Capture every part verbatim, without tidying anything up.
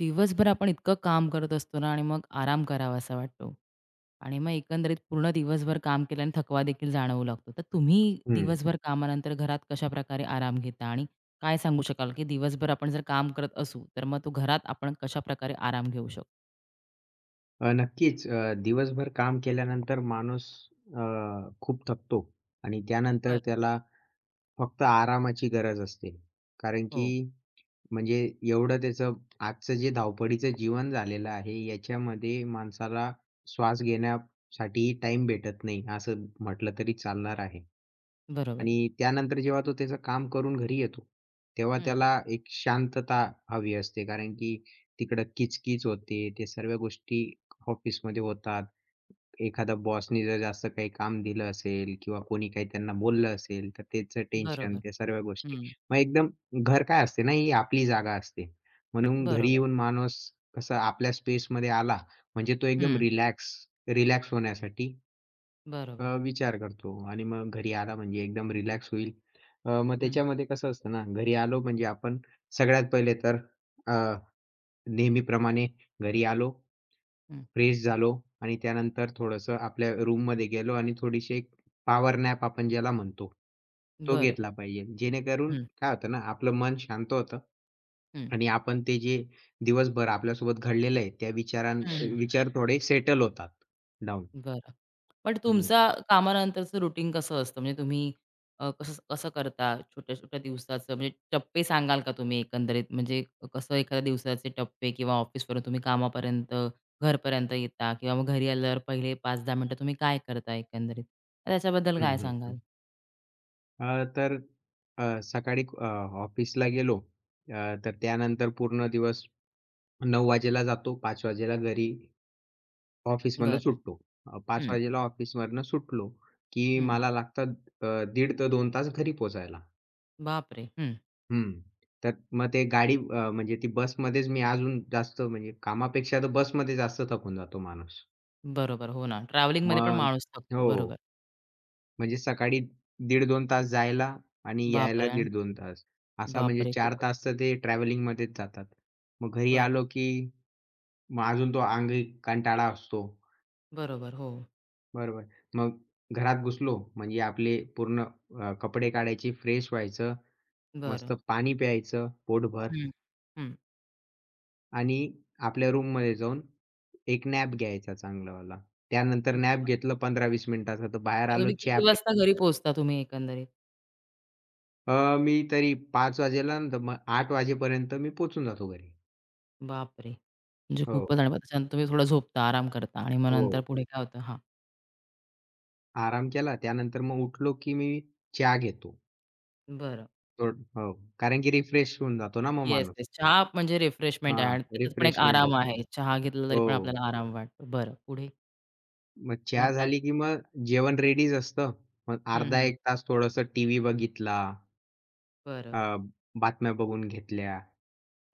दिवसभर आपण इतकं काम करत असतो ना आणि मग आराम करावासा वाटतो आणि मग एकंदरीत पूर्ण दिवसभर काम केल्याने थकवा देखील जाणवू लागतो. तर तुम्ही हं. दिवसभर कामानंतर घरात कशाप्रकारे आराम घेता आणि काय सांगू शकाल, की दिवसभर आपण जर काम करत असू, तर मग तो घरात आपण कशाप्रकारे आराम घेऊ शकतो? अ, नक्कीच. अ, दिवसभर काम केल्यानंतर माणूस अ, खूप थकतो आणि त्यानंतर बरं. त्याला फक्त आरामाची गरज असते. कारण की हो, म्हणजे एवढं त्याचं आजचं जे धावपळीचं जीवन झालेलं आहे, याच्यामध्ये माणसाला श्वास घेण्यासाठी टाईम भेटत नाही, असं म्हटलं तरी चालणार आहे. बरोबर. आणि त्यानंतर जेव्हा तो त्याचं काम करून घरी येतो, तेव्हा हं. त्याला एक शांतता हवी असते. कारण की तिकडं किच-किच होते. ते सर्व गोष्टी ऑफिसमध्ये होतात. एखादा बॉसनी जर जास्त काही काम दिलं असेल किंवा कोणी काही त्यांना बोललं असेल, तर त्याचं टेन्शन, बरोबर. त्या सर्व गोष्टी. हं. मग एकदम घर काय असते ना, ही आपली जागा असते. म्हणून घरी बरोबर. येऊन माणूस कसं आपल्या स्पेसमध्ये आला, म्हणजे तो एकदम हं. रिलॅक्स रिलॅक्स होण्यासाठी बरोबर. अ, विचार करतो आणि मग घरी आला म्हणजे एकदम रिलॅक्स होईल. अ, मग हं, त्याच्यामध्ये कसं असतं ना, घरी आलो म्हणजे आपण सगळ्यात पहिले तर अ, नेहमीप्रमाणे घरी आलो, हं. फ्रेश झालो आणि त्यानंतर थोडंसं आपल्या रूममध्ये गेलो आणि थोडीशी एक पॉवर नॅप आपण ज्याला म्हणतो, तो बरं. घेतला पाहिजे. जेणेकरून हं, काय होतं ना, आपलं मन शांत होतं हं. आणि आपण ते जे दिवसभर आपल्यासोबत घडलेलं आहे, त्या विचारां हं, हं. विचार थोडे सेटल होतात डाउन. बरं. पण तुमचा कामानंतरचं रुटीन कसं असतं? म्हणजे तुम्ही अ, कसं कसं करता? छोट्या-छोट्या दिवसाचं म्हणजे टप्पे सांगाल का तुम्ही एकंदरीत? म्हणजे कसं एखाद्या दिवसाचे टप्पे किंवा ऑफिसवरून तुम्ही कामापर्यंत, घरपर्यंत येता किंवा मग घरी आल्यावर पहिले पाच ते दहा मिनिटं तुम्ही काय करता एकंदरीत? तर त्याच्याबद्दल काय सांगाल? अ, तर अ, सकाळी अ, ऑफिसला गेलो अ, तर त्यानंतर पूर्ण दिवस नऊ वाजेला जातो. पाच वाजेला घरी ऑफिसमधनं बरं. सुटतो. अ, पाच हं, वाजेला ऑफिसमधनं सुटलो, की हं. मला लागतात अ, दीड ते दोन तास घरी पोहोचायला. बापरे! हं. हं. तर मग ते गाडी अ, म्हणजे ती बसमध्येच मी अजून जास्त म्हणजे कामापेक्षा तर बसमध्ये जास्त थकून जातो माणूस. बरोबर. हो ना. ट्रॅव्हलिंगमध्ये पण मग माणूस थकतो. हो. बरोबर. म्हणजे सकाळी दीड-दोन तास जायला आणि यायला बापरे! आणि दीड-दोन तास. असा म्हणजे बापरे! चार खूपच. तास तर ते ट्रॅव्हलिंगमध्येच जातात. मग घरी बरं. आलो की मग अजून तो अंगी कंटाळा असतो. बरोबर. हो. बरोबर. मग घरात घुसलो म्हणजे आपले पूर्ण अ, कपडे काढायचे, फ्रेश व्हायचं, मस्त बरं. पाणी प्यायचं पोटभर हं. आणि आपल्या रूममध्ये जाऊन एक नॅप घ्यायचा चांगलावाला. त्यानंतर हं. नॅप घेतलं पंधरा ते वीस मिनिटाचा तर बाहेर मग आलो तुम्ही चहा. किती वाजता घरी पोहोचता तुम्ही एकंदरीत? अ, मी तरी पाच वाजेला ना, तर मग आठ वाजेपर्यंत मी पोहचून जातो घरी. बापरे! म्हणजे हो, खूपच आणि मग त्याच्यानंतर तुम्ही थोडा झोपता, आराम करता आणि मग हो. नंतर पुढे काय होतं? हां, आराम केला त्यानंतर मग उठलो की मी चहा घेतो. बरं. थोड हो, कारण की रिफ्रेश होऊन जातो ना मग येस, माणूस. येस. चहा म्हणजे रिफ्रेशमेंट आहे आणि हां, त्याच्यात पण एक रिफ्रेशमेंट आराम असते. आहे. चहा घेतला तरी हो, पण आपल्याला आराम वाटतो. बरं, पुढे? मग मग चहा काय? झाली की मग जेवण रेडीच असतं. मग हं, अर्धा हं. एक तास थोडंसं टीव्ही बघितला. अ, बरं. बातम्या बघून घेतल्या.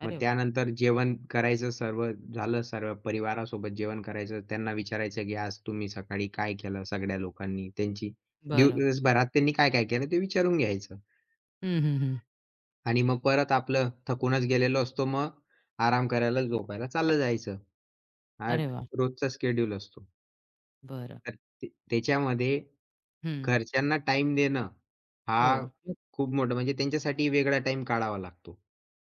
मग अरे वाह! त्यानंतर जेवण करायचं सर्व झालं, सर्व परिवारासोबत जेवण करायचं. त्यांना विचारायचं, की आज तुम्ही सकाळी काय केलं सगळ्या लोकांनी. त्यांची बरं. दिवसभरात त्यांनी काय-काय केलं ते विचारून घ्यायचं. हं, हं, हं. आणि मग परत आपलं थकूनच गेलेलो असतो, मग आराम करायला, झोपायला चाललं जायचं. हा अरे वाह! रोजचा शेड्यूल असतो. बरं. तर ते त्याच्यामध्ये हं. घरच्यांना टाईम देणं, हा हो. मग खूप मोठा म्हणजे त्यांच्यासाठी वेगळा टाईम काढावा लागतो.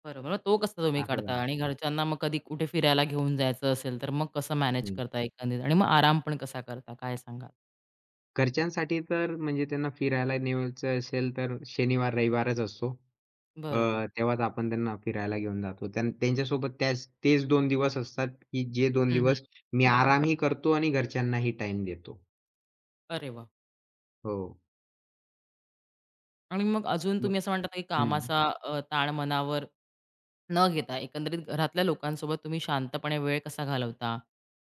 बरोबर. मग तो कसा तुम्ही असं काढता झालं. आणि घरच्यांना मग कधी कुठे फिरायला घेऊन जायचं असेल, तर मग कसं मॅनेज हं. करता एकंदरीत आणि मग आराम पण कसा करता? काय सांगाल? घरच्यांसाठी तर म्हणजे त्यांना फिरायला न्यायचं असेल तर शनिवार, रविवारच असतो. बरोबर. अ, तेव्हाच आपण त्यांना फिरायला घेऊन जातो. त्यां त्यांच्यासोबत त्याच तेच दोन दिवस असतात, की जे दोन हं, हं. दिवस मी आरामही करतो आणि घरच्यांनाही टाईम देतो. अरे वाह! हो. आणि मग अजून मग. तुम्ही असं म्हणता की हं. कामाचा अ, ताण मनावर न घेता एकंदरीत घरातल्या लोकांसोबत तुम्ही शांतपणे वेळ कसा घालवता?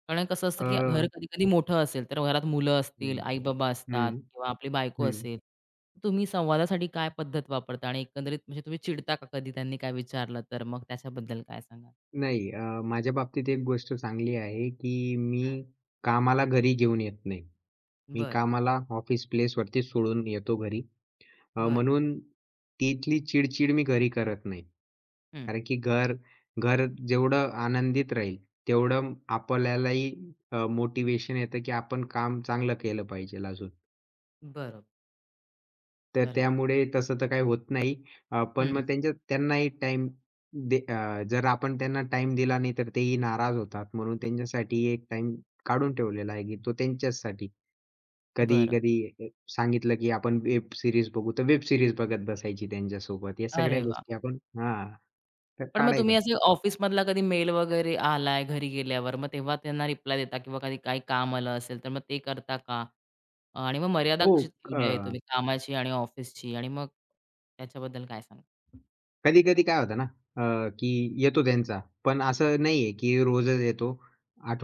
कारण कसं असतं अ, की घर कधी-कधी मोठं असेल, तर घरात मुलं असतील, हं, आई-बाबा असतात हं, किंवा आपली बायको हं. असेल. तुम्ही संवादासाठी काय पद्धत वापरता आणि एकंदरीत म्हणजे तुम्ही चिडता का कधी त्यांनी काय विचारलं तर? मग त्याच्याबद्दल काय सांगाल? नाही, अ, माझ्या बाबतीत एक गोष्ट चांगली आहे, की मी कामाला घरी घेऊन येत नाही. मी बरं, कामाला ऑफिस प्लेसवरती सोडून येतो घरी. अ, बरं. म्हणून तिथली चिड-चिड मी घरी करत नाही. हं. कारण की घर घर जेवढं आनंदित राहील, तेवढं आपल्यालाही अ, मोटिव्हेशन येतं की आपण काम चांगलं केलं पाहिजे अजून. बरोबर. तर अरे! त्यामुळे तसं तर काही होत नाही. अ, पण हं, हं. मग त्यांच्या त्यांनाही टाईम दे अ, जर आपण त्यांना टाईम दिला नाही, तर तेही नाराज होतात. म्हणून त्यांच्यासाठी एक टाईम काढून ठेवलेला आहे की तो त्यांच्याचसाठी. बरं. कधी-कधी अ, सांगितलं, की आपण वेब सीरीज बघू, तर वेब सीरीज बघत बसायची त्यांच्यासोबत. या सगळ्या अरे वाह! गोष्टी आपण हां, तर पण मग काढायचा. तुम्ही असे ऑफिसमधला कधी मेल वगैरे आलाय घरी गेल्यावर, मग तेव्हा त्यांना रिप्लाय देता किंवा कधी काही काम आलं असेल, तर मग ते करता का? अ, आणि मग मर्यादा हो, कशी ठेवली आहे अ, तुम्ही कामाची आणि ऑफिसची? आणि मग त्याच्याबद्दल काय सांगाल? कधी-कधी काय होतं ना, अ, की येतो त्यांचा, पण असं नाहीये, की रोजच येतो.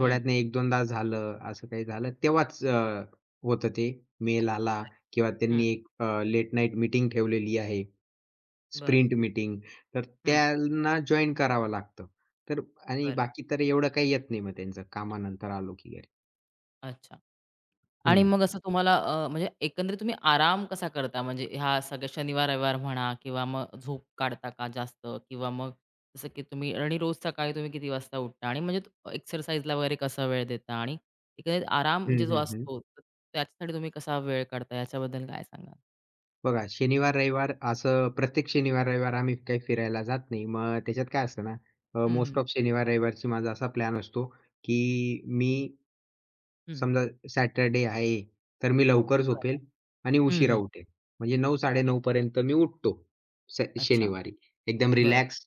हं, एक-2दा झालं, असं काही झालं, तेव्हाच अ, होतं ते. मेल आला किंवा हं. त्यांनी एक अ, लेट नाईट मीटिंग ठेवलेली आहे, बरं. स्प्रिंट मीटिंग, तर हं, त्यांना जॉइन करावं लागतं. तर आणि बरं. बाकी तर एवढं काही येत नाही मग त्यांचं कामानंतर आलो की घरी. अच्छा. आणि हं. मग असं तुम्हाला अ, म्हणजे एकंदरीत तुम्ही आराम कसा करता? म्हणजे ह्या सगळ्या शनिवार, रविवार म्हणा किंवा मग झोप काढता का जास्त? किंवा मग जसं की तुम्ही आणि रोज सकाळी तुम्ही किती वाजता उठता? आणि म्हणजे एक्सरसाइजला वगैरे कसा वेळ देता? आणि एकंदरीत आराम हं, म्हणजे जो हं, हं. असतो, तर त्याच्यासाठी तुम्ही कसा वेळ काढता? याच्याबद्दल काय सांगाल? बघा शनिवार-रविवार असं प्रत्येक शनिवार-रविवार आम्ही काही फिरायला जात नाही. मग त्याच्यात काय असतं ना, अ, हं, हं. मोस्ट ऑफ शनिवार-रविवारची माझा असा प्लॅन असतो, की मी हं. समजा सॅटरडे आहे, तर मी लवकर बरं. झोपेल आणि हं, उशिरा हं. उठेल. म्हणजे अरे नऊ-साडेनऊ वा. पर्यंत मी उठतो स अच्छा. शनिवारी. एकदम बरं. रिलॅक्स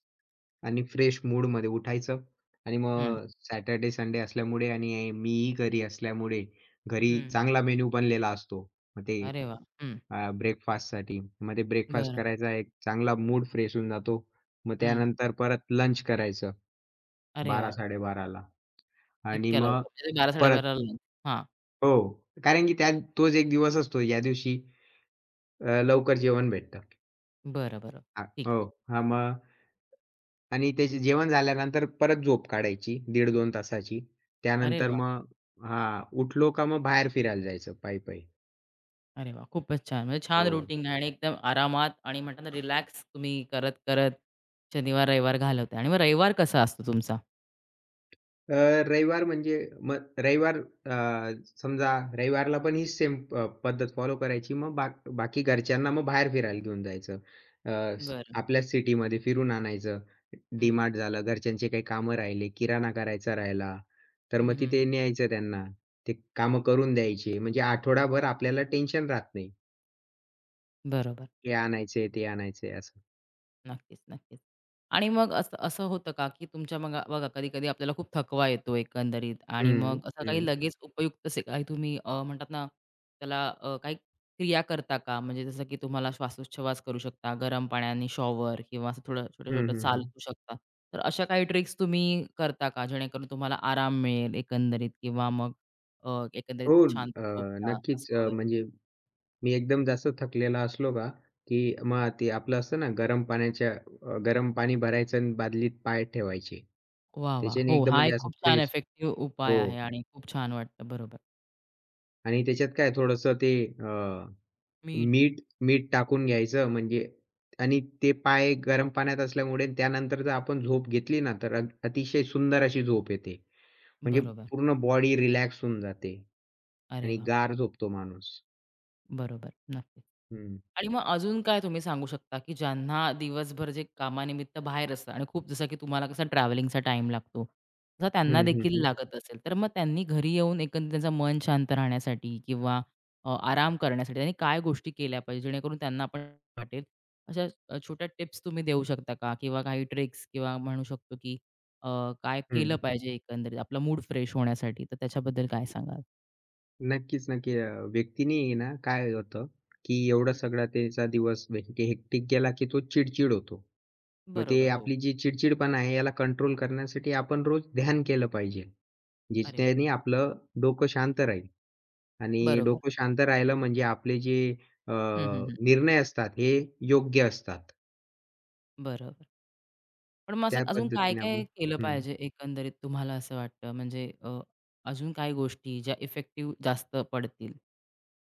आणि फ्रेश मूडमध्ये उठायचं आणि हं. मग सॅटरडे, संडे असल्यामुळे आणि मीही घरी असल्यामुळे घरी हं, चांगला मेनू बनलेला असतो. मग ते अरे वाह! हं. अ, ब्रेकफास्टसाठी. मग ते ब्रेकफास्ट बरं. करायचा एक चांगला मूड फ्रेश होऊन जातो. मग हं. त्यानंतर परत लंच करायचं अरे वाह! बारा-साडेबारा ला आणि इतक्या मग लवकर म्हणजे परत, बारा-साडेबारा हां. हो. कारण की त्या तोच एक दिवस असतो या दिवशी अ, लवकर जेवण भेटतं. बरं, बरं. हां, ठीक हो. आहे. हां, मग आणि त्याचे जेवण झाल्यानंतर परत झोप काढायची दीड-दोन तासाची. अरे त्यानंतर वाह! मग हां, उठलो का मग बाहेर फिरायला जायचं पायी-पायी. अरे वा, खूपच छान. म्हणजे छान हो. रूटीन आहे आणि एकदम आरामात आणि म्हणतात ना रिलॅक्स तुम्ही करत-करत शनिवार, रविवार घालवताय आणि मग रविवार कसा असतो तुमचा? अ, रविवार म्हणजे मग रविवार अ, समजा रविवारला पण हीच सेम प पद्धत फॉलो करायची. मग बा बाकी घरच्यांना मग बाहेर फिरायला घेऊन जायचं. अ, बरं. आपल्याच सिटीमध्ये फिरून आणायचं. हं. डी-मार्ट झालं, घरच्यांचे काही कामं राहिले, किराणा करायचा राहिला, तर हं, मग हं, हं. तिथे न्यायचं त्यांना. ते कामं करून द्यायची. म्हणजे आठवडाभर आपल्याला टेन्शन राहत नाही. बरोबर. हे आणायचंय, ते आणायचंय असं. नक्कीच, नक्कीच. आणि मग असं असं होतं का, की तुमच्या मग बघा कधी-कधी आपल्याला खूप थकवा येतो एकंदरीत आणि हं, मग असं काही हं. लगेच उपयुक्त असे काही तुम्ही अ, म्हणतात ना, त्याला अ, काही क्रिया करता का? म्हणजे जसं की तुम्हाला श्वासोच्छवास करू शकता, गरम पाण्याने शॉवर किंवा असं थोडं हं, छोटं-छोटं हं, हं. चालू शकता. तर अशा काही ट्रिक्स तुम्ही करता का? जेणेकरून तुम्हाला आराम मिळेल एकंदरीत किंवा मग अ, एकंदरीत हो. शांत अ, झोपता नक्कीच. असं अ, वगैरे? म्हणजे मी एकदम जास्त थकलेला असलो का, की मग ते आपलं असतं ना गरम पाण्याच्या अ, गरम पाणी भरायचं आणि बादलीत पाय ठेवायचे. वाह! वाह! त्याच्याने हो, एकदम हा म्हणजे एक असं खूप छान फ्रेश. इफेक्टिव्ह उपाय हो, आहे आणि खूप छान वाटतं. बरोबर. आणि त्याच्यात काय थोडंसं ते अ, मी मीठ मीठ टाकून घ्यायचं म्हणजे, आणि ते पाय गरम पाण्यात असल्यामुळे त्यानंतर जर आपण झोप घेतली ना, तर अ अतिशय सुंदर अशी झोप येते. म्हणजे बरोबर. पूर्ण बॉडी रिलॅक्स होऊन जाते अरे आणि वा, गाढ झोपतो माणूस. बरोबर. नक्कीच. हं. आणि मग अजून काय तुम्ही सांगू शकता, की ज्यांना दिवसभर जे कामानिमित्त बाहेर असतात आणि खूप जसं की तुम्हाला कसं ट्रॅव्हलिंगचा टाइम लागतो, तसा हं, त्यांना हं, देखील हं. लागत असेल. तर मग त्यांनी घरी येऊन एकंदरीत त्यांचं मन शांत राहण्यासाठी किंवा अ, आराम करण्यासाठी त्यांनी काय गोष्टी केल्या पाहिजे जेणेकरून त्यांना पण वाटेल. अशा अ, छोट्या टिप्स तुम्ही देऊ शकता का? किंवा काही ट्रिक्स किंवा म्हणू शकतो, की अ, काय केलं हं. पाहिजे एकंदरीत आपला मूड फ्रेश होण्यासाठी? तर त्याच्याबद्दल काय सांगाल? नक्कीच, नक्की. अ, व्यक्तीने आहे ना, काय होतं, की एवढा हं. सगळा त्याचा दिवस हे हेक्टिक गेला, की तो चिडचिड होतो. मग ते बरोबर. हो. आपली जी चिडचिडपणा आहे, याला कंट्रोल करण्यासाठी आपण रोज ध्यान केलं पाहिजे. अरे वाह! ज्याच्याने आपलं डोकं शांत राहील आणि बरोबर. डोकं शांत राहिलं म्हणजे आपले जे अ, हं, हं, हं. निर्णय असतात, हे योग्य असतात. बरोबर. पण मग असं त्या अजून हो. पद्धतीने काय-काय आपण. केलं हं. पाहिजे एकंदरीत तुम्हाला असं वाटतं? म्हणजे अ, अजून काही गोष्टी ज्या इफेक्टिव्ह जास्त पडतील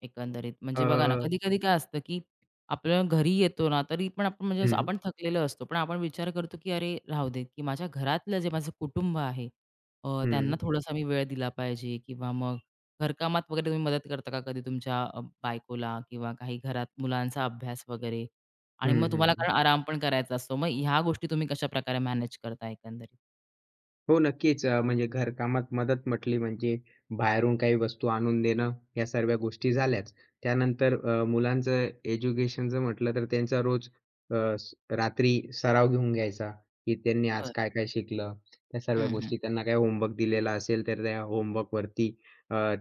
एकंदरीत? म्हणजे बघा ना, अ, कधी-कधी काय असतं, की आपलं घरी येतो ना, तरी पण आपण म्हणजे असं हं, आपण थकलेलो असतो. पण आपण विचार करतो, की "अरे, राहू दे, की माझ्या घरातलं जे माझं कुटुंब आहे, अ, त्यांना हं, थोडासा मी वेळ दिला पाहिजे." किंवा मग घरकामात वगैरे तुम्ही मदत करता का कधी तुमच्या अ, बायकोला? किंवा काही घरात मुलांचा अभ्यास वगैरे? आणि हं, मग तुम्हाला हं, कारण आराम पण करायचा असतो. मग ह्या गोष्टी तुम्ही कशाप्रकारे मॅनेज करता एकंदरीत? हो, नक्कीच. अ, म्हणजे घरकामात मदत म्हटली म्हणजे बाहेरून काही वस्तू आणून देणं, ह्या सर्व गोष्टी झाल्याच. त्यानंतर अ, मुलांचं एज्युकेशनचं म्हटलं तर त्यांचा रोज अ, स रात्री सराव घेऊन घ्यायचा, की त्यांनी आज बरं. काय-काय शिकलं. त्या सर्व हं, हं. गोष्टी त्यांना काही होमवर्क दिलेला असेल, तर त्या होमवर्कवरती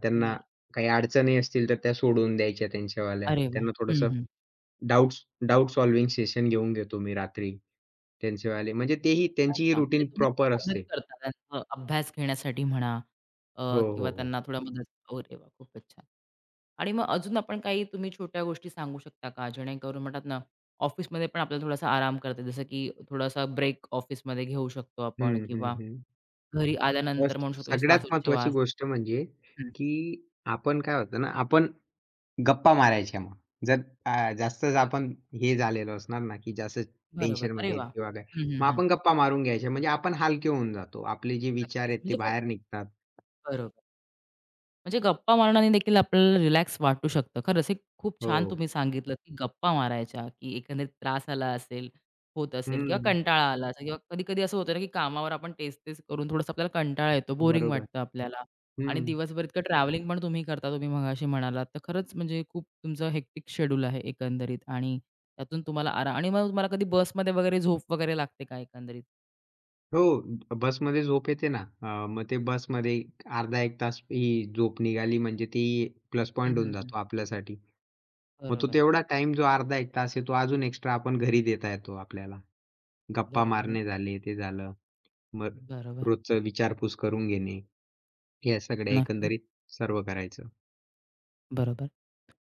त्यांना बरं. काही अडचणी असतील, तर त्या सोडवून द्यायच्या त्यांच्यावाल्या. अरे वाह! त्यांना हं, थोडंसं हं. डाउट्स डाउट सॉल्व्हिंग सेशन घेऊन घेतो मी रात्री त्यांचेवाले. म्हणजे तेही त्यांचीही अच्छा. म्हणजे रूटीन तुम्ही प्रॉपर त्यांना मदत असते. करता त्यांचा अभ्यास घेण्यासाठी म्हणा अ, हो, किंवा हो, हो. त्यांना थोडा मदत हो, अरे वा खूपच छान. आणि मग अजून आपण काही तुम्ही छोट्या गोष्टी सांगू शकता का? जेणेकरून म्हणतात ना, ऑफिसमध्ये पण आपल्याला थोडासा आराम करता येईल. जसं की थोडासा ब्रेक ऑफिसमध्ये घेऊ शकतो आपण हं, हं, किंवा हं. घरी अ, आल्यानंतर म्हणू शकतो की सगळ्यात महत्त्वाची श्वासोच्छवास. गोष्ट म्हणजे, हं. की आपण काय होतं ना, आपण गप्पा मारायच्या मग. जर अ, जास्तच आपण हे झालेलो असणार ना, की जास्त बरोबर. अरे टेन्शनमध्ये वा आहेत किंवा काय, हं, हं, मग हं. आपण गप्पा मारून घ्यायच्या. म्हणजे आपण हलके होऊन जातो. आपले जे विचार नक्कीच. आहेत ते म्हणजे खूप बाहेर निघतात. बरोबर. म्हणजे गप्पा मारण्याने देखील आपल्याला रिलॅक्स वाटू शकतं. खरंच हे खूप छान हो. तुम्ही सांगितलं, की गप्पा मारायच्या, की एकंदरीत त्रास आला असेल, होत असेल किंवा हं. कंटाळा आला असेल किंवा कधी-कधी असं होतं ना, की कामावर आपण तेच-तेच करून थोडंसं आपल्याला कंटाळा येतो, बोरिंग बरोबर. वाटतं आपल्याला आणि हं. दिवसभर इतकं ट्रॅव्हलिंग पण तुम्ही करता, तुम्ही मघाशी म्हणालात. तर खरंच म्हणजे खूप तुमचं हेक्टिक शेड्यूल आहे एकंदरीत आणि त्यातून तुम्हाला आराम आणि मग तुम्हाला कधी बसमध्ये वगैरे झोप वगैरे लागते का एकंदरीत? हो, बसमध्ये झोप येते ना. अ, मग ते बसमध्ये अर्धा एक तास ही झोप निघाली म्हणजे ती प्लस हं, पॉइंट होऊन हं, हं. जातो आपल्यासाठी. मग तो बरोबर, तेवढा टाइम जो अर्धा एक तास आहे तो अजून एक्स्ट्रा आपण घरी देता येतो आपल्याला. गप्पा बरोबर, मारणे झाले, ते झालं. मग बरोबर. रोजचं विचारपूस करून घेणे, ह्या सगळ्या नक्कीच, एकंदरीत सर्व करायचं. बरोबर.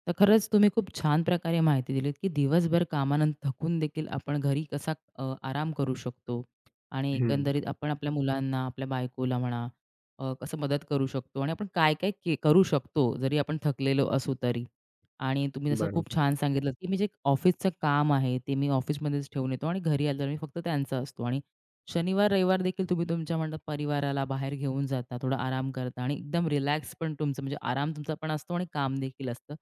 तर खरंच तुम्ही खूप छान प्रकारे माहिती दिलीत, की दिवसभर कामानंतर थकून देखील आपण घरी कसा अ, आराम करू शकतो आणि हं, एकंदरीत आपण आपल्या मुलांना, आपल्या बायकोला म्हणा, अ, कसं मदत करू शकतो आणि आपण काय-काय के करू शकतो, जरी आपण थकलेलो असू तरी. आणि तुम्ही जसं खूप बरोबर, छान सांगितलं, की मी जे ऑफिसचं काम आहे, ते मी ऑफिसमध्येच ठेवून येतो आणि घरी आल्यावर मी फक्त त्यांचा असतो आणि शनिवार, रविवार देखील तुम्ही तुमच्या म्हणतात परिवाराला बाहेर घेऊन जाता, थोडा आराम करता आणि एकदम रिलॅक्स पण तुमचं म्हणजे आराम तुमचा पण असतो आणि काम देखील असतं.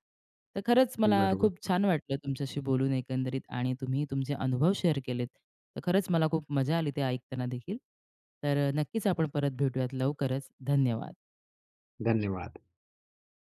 तर खरंच मला बरोबर. खूप छान वाटलं तुमच्याशी बोलून एकंदरीत आणि तुम्ही तुमचे अनुभव शेअर केलेत. तर खरंच मला खूप मजा आली ते ऐकताना देखील. तर नक्कीच आपण परत भेटूयात लवकरच. धन्यवाद. धन्यवाद.